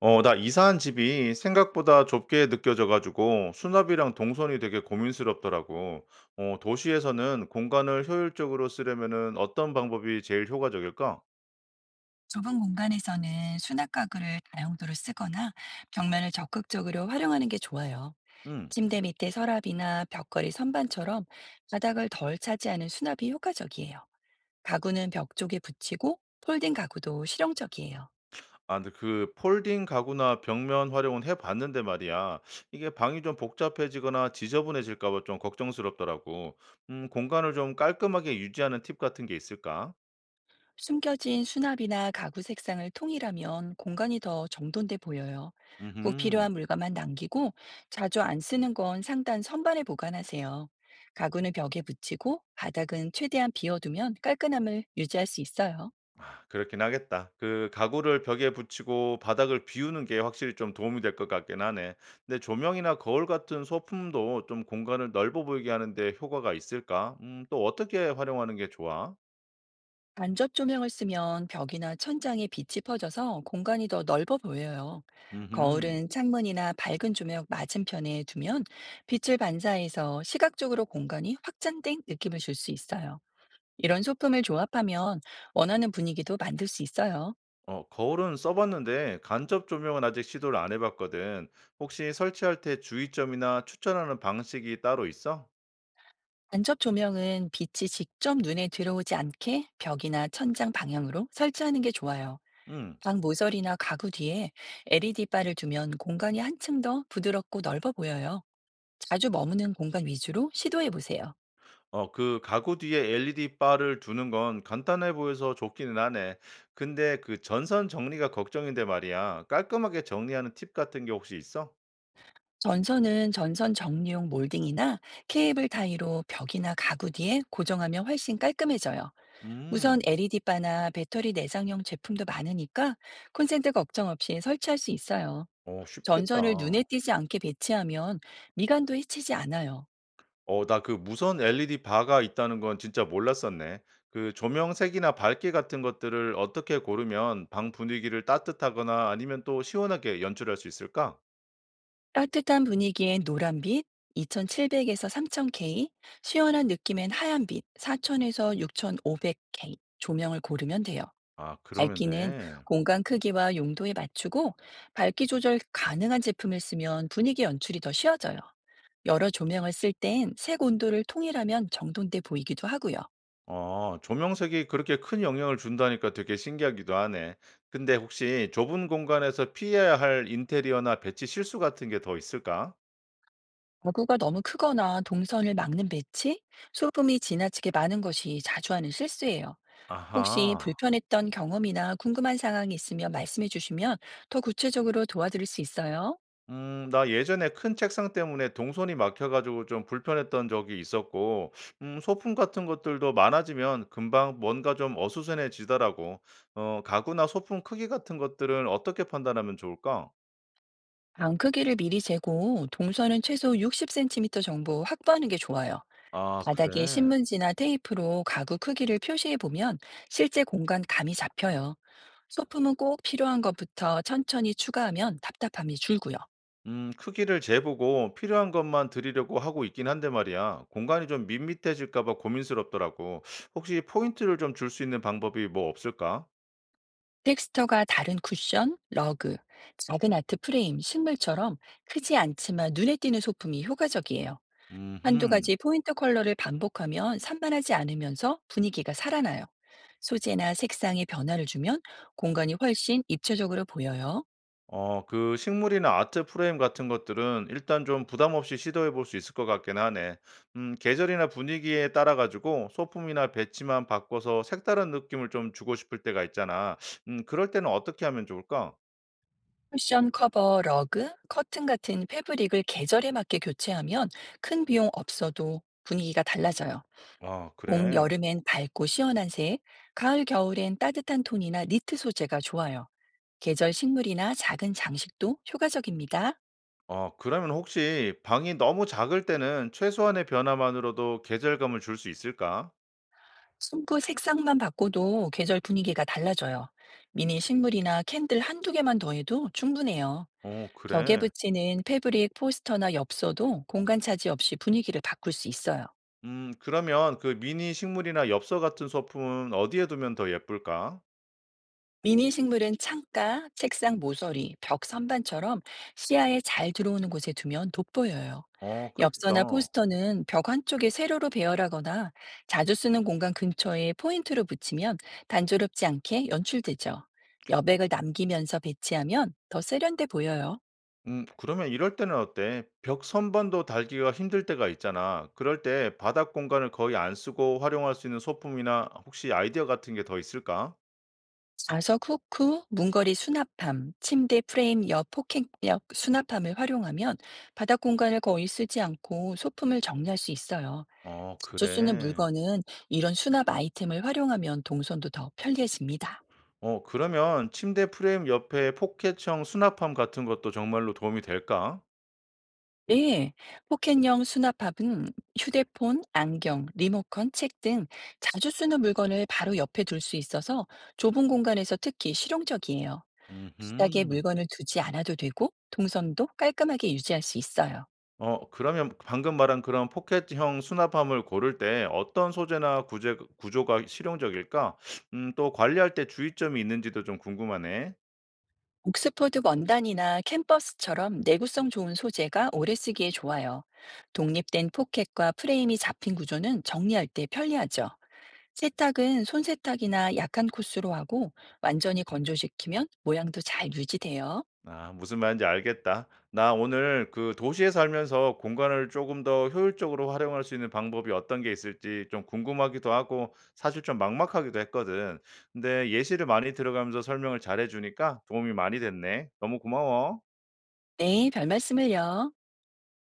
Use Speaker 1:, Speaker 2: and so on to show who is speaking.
Speaker 1: 나 이사한 집이 생각보다 좁게 느껴져 가지고 수납이랑 동선이 되게 고민스럽더라고. 도시에서는 공간을 효율적으로 쓰려면은 어떤 방법이 제일 효과적일까?
Speaker 2: 좁은 공간에서는 수납 가구를 다용도로 쓰거나 벽면을 적극적으로 활용하는 게 좋아요.
Speaker 1: 음.
Speaker 2: 침대 밑에 서랍이나 벽걸이 선반처럼 바닥을 덜 차지하는 수납이 효과적이에요. 가구는 벽 쪽에 붙이고 폴딩 가구도 실용적이에요.
Speaker 1: 아, 근데 그 폴딩 가구나 벽면 활용은 해 봤는데 말이야. 이게 방이 좀 복잡해지거나 지저분해질까 봐 좀 걱정스럽더라고. 공간을 좀 깔끔하게 유지하는 팁 같은 게 있을까?
Speaker 2: 숨겨진 수납이나 가구 색상을 통일하면 공간이 더 정돈돼 보여요. 꼭
Speaker 1: 음.
Speaker 2: 필요한 물건만 남기고 자주 안 쓰는 건 상단 선반에 보관하세요. 가구는 벽에 붙이고 바닥은 최대한 비워두면 깔끔함을 유지할 수 있어요.
Speaker 1: 그렇긴 하겠다. 그 가구를 벽에 붙이고 바닥을 비우는 게 확실히 좀 도움이 될 것 같긴 하네. 근데 조명이나 거울 같은 소품도 좀 공간을 넓어 보이게 하는데 효과가 있을까? 또 어떻게 활용하는 게 좋아?
Speaker 2: 간접 조명을 쓰면 벽이나 천장에 빛이 퍼져서 공간이 더 넓어 보여요.
Speaker 1: 음,
Speaker 2: 거울은 창문이나 밝은 조명 맞은편에 두면 빛을 반사해서 시각적으로 공간이 확장된 느낌을 줄 수 있어요. 이런 소품을 조합하면 원하는 분위기도 만들 수 있어요.
Speaker 1: 거울은 써봤는데 간접 조명은 아직 시도를 안 해봤거든. 혹시 설치할 때 주의점이나 추천하는 방식이 따로 있어?
Speaker 2: 간접 조명은 빛이 직접 눈에 들어오지 않게 벽이나 천장 방향으로 설치하는 게 좋아요.
Speaker 1: 음.
Speaker 2: 방 모서리나 가구 뒤에 LED바를 두면 공간이 한층 더 부드럽고 넓어 보여요. 자주 머무는 공간 위주로 시도해 보세요.
Speaker 1: 어 그 가구 뒤에 LED 바를 두는 건 간단해 보여서 좋기는 하네. 근데 그 전선 정리가 걱정인데 말이야. 깔끔하게 정리하는 팁 같은 게 혹시 있어?
Speaker 2: 전선은 전선 정리용 몰딩이나 케이블 타이로 벽이나 가구 뒤에 고정하면 훨씬 깔끔해져요. 무선
Speaker 1: 음.
Speaker 2: LED바나 배터리 내장형 제품도 많으니까 콘센트 걱정 없이 설치할 수 있어요.
Speaker 1: 어
Speaker 2: 전선을 눈에
Speaker 1: 쉽겠다.
Speaker 2: 띄지 않게 배치하면 미간도 해치지 않아요.
Speaker 1: 어 나 그 무선 LED 바가 있다는 건 진짜 몰랐었네. 그 조명 색이나 밝기 같은 것들을 어떻게 고르면 방 분위기를 따뜻하거나 아니면 또 시원하게 연출할 수 있을까?
Speaker 2: 따뜻한 분위기엔 노란 빛, 2700에서 3000K, 시원한 느낌엔 하얀 빛, 4000에서 6500K 조명을 고르면 돼요.
Speaker 1: 아 그러면
Speaker 2: 밝기는
Speaker 1: 돼.
Speaker 2: 공간 크기와 용도에 맞추고 밝기 조절 가능한 제품을 쓰면 분위기 연출이 더 쉬워져요. 여러 조명을 쓸 땐 색 온도를 통일하면 정돈돼 보이기도 하고요.
Speaker 1: 조명색이 그렇게 큰 영향을 준다니까 되게 신기하기도 하네. 근데 혹시 좁은 공간에서 피해야 할 인테리어나 배치 실수 같은 게 더 있을까?
Speaker 2: 가구가 너무 크거나 동선을 막는 배치, 소음이 지나치게 많은 것이 자주 하는 실수예요. 혹시
Speaker 1: 아하.
Speaker 2: 불편했던 경험이나 궁금한 상황이 있으면 말씀해 주시면 더 구체적으로 도와드릴 수 있어요.
Speaker 1: 나 예전에 큰 책상 때문에 동선이 막혀가지고 좀 불편했던 적이 있었고, 소품 같은 것들도 많아지면 금방 뭔가 좀 어수선해지더라고. 가구나 소품 크기 같은 것들은 어떻게 판단하면 좋을까?
Speaker 2: 방 크기를 미리 재고 동선은 최소 60cm 정도 확보하는 게 좋아요.
Speaker 1: 아,
Speaker 2: 바닥에
Speaker 1: 그래.
Speaker 2: 신문지나 테이프로 가구 크기를 표시해 보면 실제 공간 감이 잡혀요. 소품은 꼭 필요한 것부터 천천히 추가하면 답답함이 줄고요.
Speaker 1: 크기를 재보고 필요한 것만 드리려고 하고 있긴 한데 말이야. 공간이 좀 밋밋해질까 봐 고민스럽더라고. 혹시 포인트를 좀 줄 수 있는 방법이 뭐 없을까?
Speaker 2: 텍스처가 다른 쿠션, 러그, 작은 아트 프레임, 식물처럼 크지 않지만 눈에 띄는 소품이 효과적이에요. 한두
Speaker 1: 음,
Speaker 2: 가지 포인트 컬러를 반복하면 산만하지 않으면서 분위기가 살아나요. 소재나 색상의 변화를 주면 공간이 훨씬 입체적으로 보여요.
Speaker 1: 그 식물이나 아트 프레임 같은 것들은 일단 좀 부담 없이 시도해 볼 수 있을 것 같긴 하네. 계절이나 분위기에 따라 가지고 소품이나 배치만 바꿔서 색다른 느낌을 좀 주고 싶을 때가 있잖아. 그럴 때는 어떻게 하면 좋을까?
Speaker 2: 쿠션 커버, 러그, 커튼 같은 패브릭을 계절에 맞게 교체하면 큰 비용 없어도 분위기가 달라져요.
Speaker 1: 아,
Speaker 2: 봄,
Speaker 1: 그래.
Speaker 2: 여름엔 밝고 시원한 색, 가을, 겨울엔 따뜻한 톤이나 니트 소재가 좋아요. 계절 식물이나 작은 장식도 효과적입니다.
Speaker 1: 어 그러면 혹시 방이 너무 작을 때는 최소한의 변화만으로도 계절감을 줄 수 있을까?
Speaker 2: 숨구 색상만 바꿔도 계절 분위기가 달라져요. 미니 식물이나 캔들 한두 개만 더해도 충분해요.
Speaker 1: 어
Speaker 2: 벽에
Speaker 1: 그래.
Speaker 2: 붙이는 패브릭 포스터나 엽서도 공간 차지 없이 분위기를 바꿀 수 있어요.
Speaker 1: 그러면 그 미니 식물이나 엽서 같은 소품은 어디에 두면 더 예쁠까?
Speaker 2: 미니 식물은 창가, 책상 모서리, 벽 선반처럼 시야에 잘 들어오는 곳에 두면 돋보여요.
Speaker 1: 어
Speaker 2: 엽서나
Speaker 1: 그렇겠다.
Speaker 2: 포스터는 벽 한쪽에 세로로 배열하거나 자주 쓰는 공간 근처에 포인트로 붙이면 단조롭지 않게 연출되죠. 여백을 남기면서 배치하면 더 세련돼 보여요.
Speaker 1: 그러면 이럴 때는 어때? 벽 선반도 달기가 힘들 때가 있잖아. 그럴 때 바닥 공간을 거의 안 쓰고 활용할 수 있는 소품이나 혹시 아이디어 같은 게 더 있을까?
Speaker 2: 좌석 후크, 문거리 수납함, 침대 프레임 옆 폭행력 수납함을 활용하면 바닥 공간을 거의 쓰지 않고 소품을 정리할 수 있어요.
Speaker 1: 어
Speaker 2: 자주 쓰는
Speaker 1: 그래.
Speaker 2: 물건은 이런 수납 아이템을 활용하면 동선도 더 편리해집니다.
Speaker 1: 그러면 침대 프레임 옆에 포켓형 수납함 같은 것도 정말로 도움이 될까?
Speaker 2: 네, 포켓형 수납함은 휴대폰, 안경, 리모컨, 책 등 자주 쓰는 물건을 바로 옆에 둘 수 있어서 좁은 공간에서 특히 실용적이에요. 바닥에
Speaker 1: 음
Speaker 2: 물건을 두지 않아도 되고 동선도 깔끔하게 유지할 수 있어요.
Speaker 1: 그러면 방금 말한 그런 포켓형 수납함을 고를 때 어떤 소재나 구조가 실용적일까? 또 관리할 때 주의점이 있는지도 좀 궁금하네.
Speaker 2: 옥스퍼드 원단이나 캔버스처럼 내구성 좋은 소재가 오래 쓰기에 좋아요. 독립된 포켓과 프레임이 잡힌 구조는 정리할 때 편리하죠. 세탁은 손세탁이나 약한 코스로 하고 완전히 건조시키면 모양도 잘 유지돼요.
Speaker 1: 아, 무슨 말인지 알겠다. 나 오늘 그 도시에 살면서 공간을 조금 더 효율적으로 활용할 수 있는 방법이 어떤 게 있을지 좀 궁금하기도 하고 사실 좀 막막하기도 했거든. 근데 예시를 많이 들어가면서 설명을 잘해주니까 도움이 많이 됐네. 너무 고마워.
Speaker 2: 네, 별 말씀을요.